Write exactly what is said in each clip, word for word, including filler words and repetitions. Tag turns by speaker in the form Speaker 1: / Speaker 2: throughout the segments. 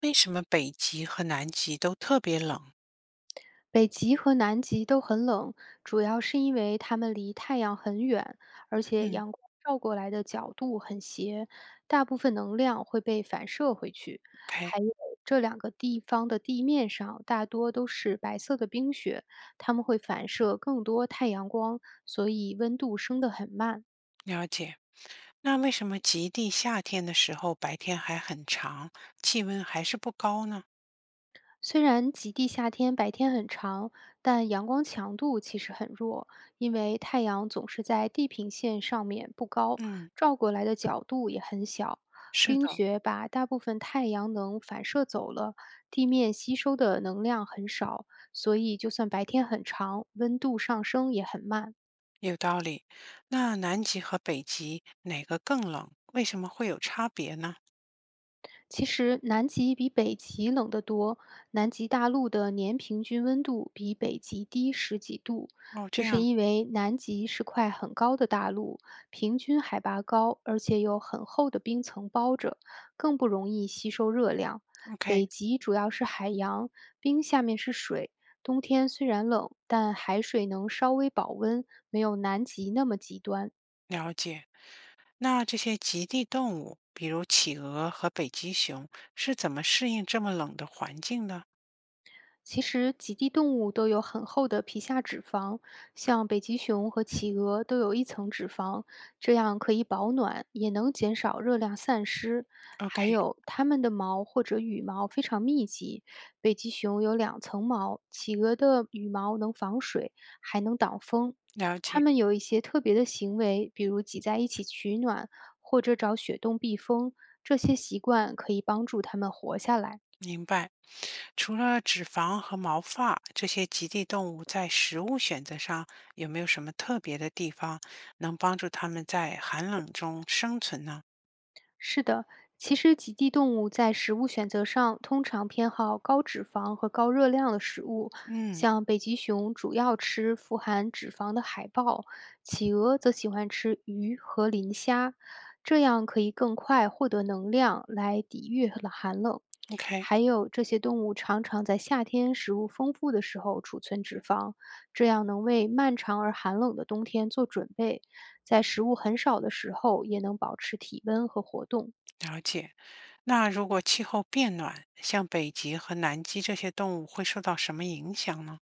Speaker 1: 为什么北极和南极都特别冷？
Speaker 2: 北极和南极都很冷，主要是因为它们离太阳很远，而且
Speaker 1: 嗯
Speaker 2: 阳光照过来的角度很斜，大部分能量会被反射回去。
Speaker 1: ，OK，
Speaker 2: 还有这两个地方的地面上大多都是白色的冰雪，它们会反射更多太阳光，所以温度升得很慢。
Speaker 1: 了解。那为什么极地夏天的时候白天还很长，气温还是不高呢？
Speaker 2: 虽然极地夏天白天很长，但阳光强度其实很弱，因为太阳总是在地平线上面不高，
Speaker 1: 嗯，
Speaker 2: 照过来的角度也很小。
Speaker 1: 是
Speaker 2: 冰
Speaker 1: 的，
Speaker 2: 雪把大部分太阳能反射走了，地面吸收的能量很少，所以就算白天很长，温度上升也很慢。
Speaker 1: 有道理。那南极和北极哪个更冷？为什么会有差别呢？
Speaker 2: 其实南极比北极冷得多，南极大陆的年平均温度比北极低十几度，
Speaker 1: 哦，
Speaker 2: 这
Speaker 1: 这
Speaker 2: 是
Speaker 1: 样
Speaker 2: 因为南极是块很高的大陆，平均海拔高，而且有很厚的冰层包着，更不容易吸收热量。
Speaker 1: ，OK，
Speaker 2: 北极主要是海洋，冰下面是水，冬天虽然冷，但海水能稍微保温，没有南极那么极端。
Speaker 1: 了解。那这些极地动物，比如企鹅和北极熊，是怎么适应这么冷的环境的
Speaker 2: 其实，极地动物都有很厚的皮下脂肪，像北极熊和企鹅都有一层脂肪，这样可以保暖，也能减少热量散失。还
Speaker 1: ？OK，
Speaker 2: 有，它们的毛或者羽毛非常密集，北极熊有两层毛，企鹅的羽毛能防水，还能挡风。
Speaker 1: 了
Speaker 2: 它
Speaker 1: 解。
Speaker 2: 们有一些特别的行为，比如挤在一起取暖，或者找雪洞避风，这些习惯可以帮助它们活下来。
Speaker 1: 明白。除了脂肪和毛发，这些极地动物在食物选择上有没有什么特别的地方，能帮助它们在寒冷中生存呢？
Speaker 2: 是的，其实极地动物在食物选择上通常偏好高脂肪和高热量的食物，
Speaker 1: 嗯
Speaker 2: 像北极熊主要吃富含脂肪的海豹，企鹅则喜欢吃鱼和磷虾，这样可以更快获得能量来抵御了寒冷。
Speaker 1: ，OK，
Speaker 2: 还有，这些动物常常在夏天食物丰富的时候储存脂肪，这样能为漫长而寒冷的冬天做准备，在食物很少的时候也能保持体温和活动。
Speaker 1: 了解。那如果气候变暖，像北极和南极这些动物会受到什么影响呢？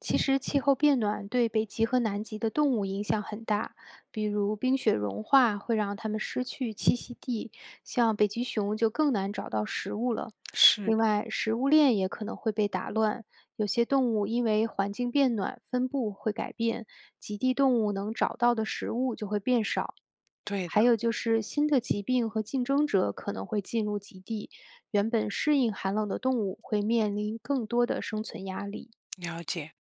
Speaker 2: 其实，气候变暖对北极和南极的动物影响很大，比如冰雪融化会让它们失去栖息地，像北极熊就更难找到食物了。
Speaker 1: 是，
Speaker 2: 另外，食物链也可能会被打乱，有些动物因为环境变暖，分布会改变，极地动物能找到的食物就会变少。
Speaker 1: 对的，
Speaker 2: 还有就是新的疾病和竞争者可能会进入极地，原本适应寒冷的动物会面临更多的生存压力。
Speaker 1: 了解。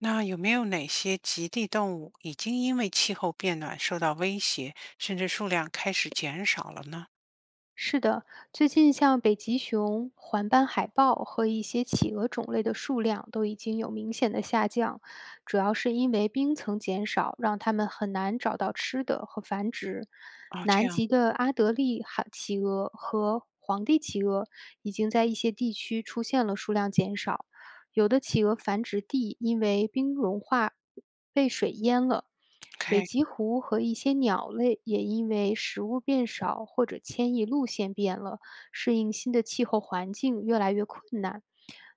Speaker 1: 那有没有哪些极地动物已经因为气候变暖受到威胁，甚至数量开始减少了呢？
Speaker 2: 是的，最近像北极熊、环斑海豹和一些企鹅种类的数量都已经有明显的下降，主要是因为冰层减少，让它们很难找到吃的和繁殖。
Speaker 1: 哦，这
Speaker 2: 南
Speaker 1: 样
Speaker 2: 极的阿德利海企鹅和皇帝企鹅已经在一些地区出现了数量减少。有的企鹅繁殖地因为冰融化被水淹了，北
Speaker 1: ，OK。
Speaker 2: 极狐和一些鸟类也因为食物变少或者迁移路线变了，适应新的气候环境越来越困难。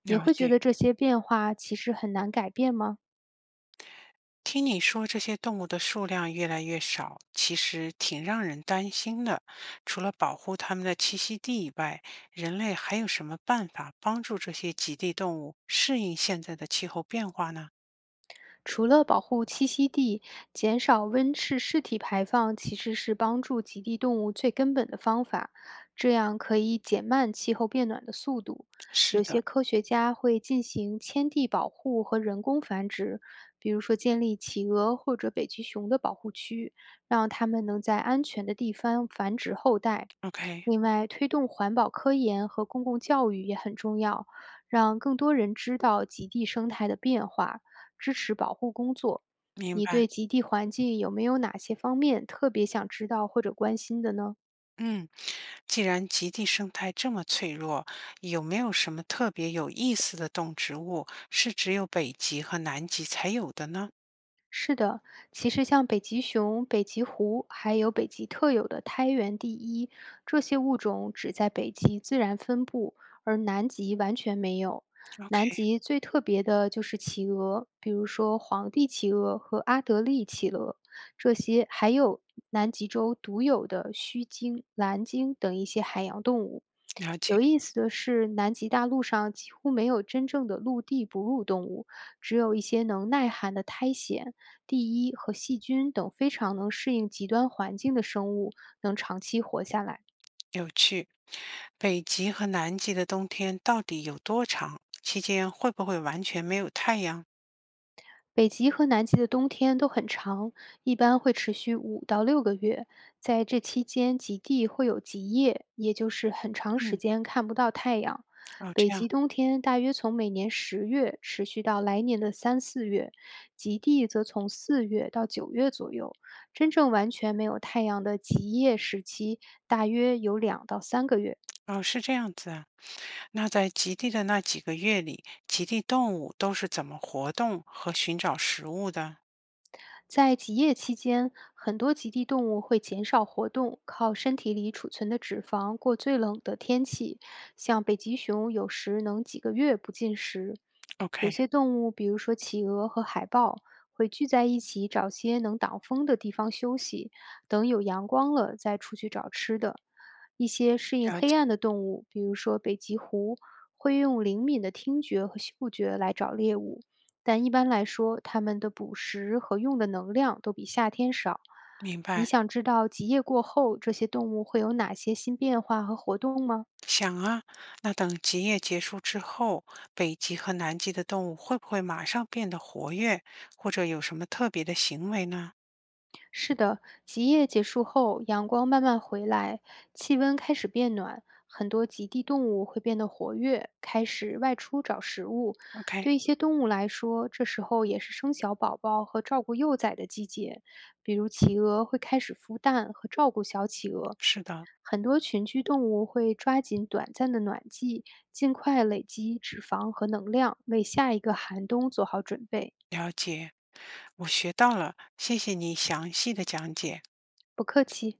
Speaker 2: 你
Speaker 1: 了
Speaker 2: 会觉
Speaker 1: 解，
Speaker 2: 得这些变化其实很难改变吗？
Speaker 1: 听你说这些动物的数量越来越少，其实挺让人担心的。除了保护它们的栖息地以外，人类还有什么办法帮助这些极地动物适应现在的气候变化呢？
Speaker 2: 除了保护栖息地，减少温室气体排放其实是帮助极地动物最根本的方法，这样可以减慢气候变暖的速度。
Speaker 1: 是
Speaker 2: 有
Speaker 1: 的，
Speaker 2: 些科学家会进行迁地保护和人工繁殖，比如说建立企鹅或者北极熊的保护区，让它们能在安全的地方繁殖后代。
Speaker 1: OK，
Speaker 2: 另外，推动环保科研和公共教育也很重要，让更多人知道极地生态的变化。支持保护工作。
Speaker 1: 明
Speaker 2: 你
Speaker 1: 白。
Speaker 2: 对极地环境有没有哪些方面特别想知道或者关心的呢？
Speaker 1: 嗯，既然极地生态这么脆弱，有没有什么特别有意思的动植物是只有北极和南极才有的呢
Speaker 2: 是的，其实像北极熊、北极狐，还有北极特有的胎源地衣，这些物种只在北极自然分布，而南极完全没有。
Speaker 1: ？OK，
Speaker 2: 南极最特别的就是企鹅，比如说皇帝企鹅和阿德利企鹅，这些还有南极洲独有的须鲸、蓝鲸等一些海洋动物。
Speaker 1: 了解，
Speaker 2: 有意思的是，南极大陆上几乎没有真正的陆地哺乳动物，只有一些能耐寒的苔藓。第一，和细菌等非常能适应极端环境的生物能长期活下来。
Speaker 1: 有趣。北极和南极的冬天到底有多长？期间会不会完全没有太阳？
Speaker 2: 北极和南极的冬天都很长，一般会持续五到六个月。在这期间，极地会有极夜，也就是很长时
Speaker 1: 嗯，
Speaker 2: 间看不到太阳。
Speaker 1: 哦，
Speaker 2: 北
Speaker 1: 这样，
Speaker 2: 极冬天大约从每年十月持续到来年的三四月，极地则从四月到九月左右。真正完全没有太阳的极夜时期，大约有两到三个月。
Speaker 1: 哦，是这样子啊。那在极地的那几个月里，极地动物都是怎么活动和寻找食物的
Speaker 2: 在极夜期间，很多极地动物会减少活动，靠身体里储存的脂肪过最冷的天气。像北极熊有时能几个月不进食。有
Speaker 1: ？OK，
Speaker 2: 些动物，比如说企鹅和海豹，会聚在一起找些能挡风的地方休息，等有阳光了再出去找吃的。一些适应
Speaker 1: 了
Speaker 2: 黑
Speaker 1: 解，
Speaker 2: 暗的动物，比如说北极狐，会用灵敏的听觉和嗅觉来找猎物。但一般来说，它们的捕食和用的能量都比夏天少。
Speaker 1: 明
Speaker 2: 你
Speaker 1: 白。
Speaker 2: 想知道极夜过后这些动物会有哪些新变化和活动吗？
Speaker 1: 想啊，那等极夜结束之后，北极和南极的动物会不会马上变得活跃，或者有什么特别的行为呢
Speaker 2: 是的，极夜结束后，阳光慢慢回来，气温开始变暖，很多极地动物会变得活跃，开始外出找食物。
Speaker 1: ？OK，
Speaker 2: 对一些动物来说，这时候也是生小宝宝和照顾幼崽的季节，比如企鹅会开始孵蛋和照顾小企鹅。
Speaker 1: 是的。
Speaker 2: 很多群居动物会抓紧短暂的暖季，尽快累积脂肪和能量，为下一个寒冬做好准备。
Speaker 1: 了解，我学到了，谢谢你详细的讲解。
Speaker 2: 不客气。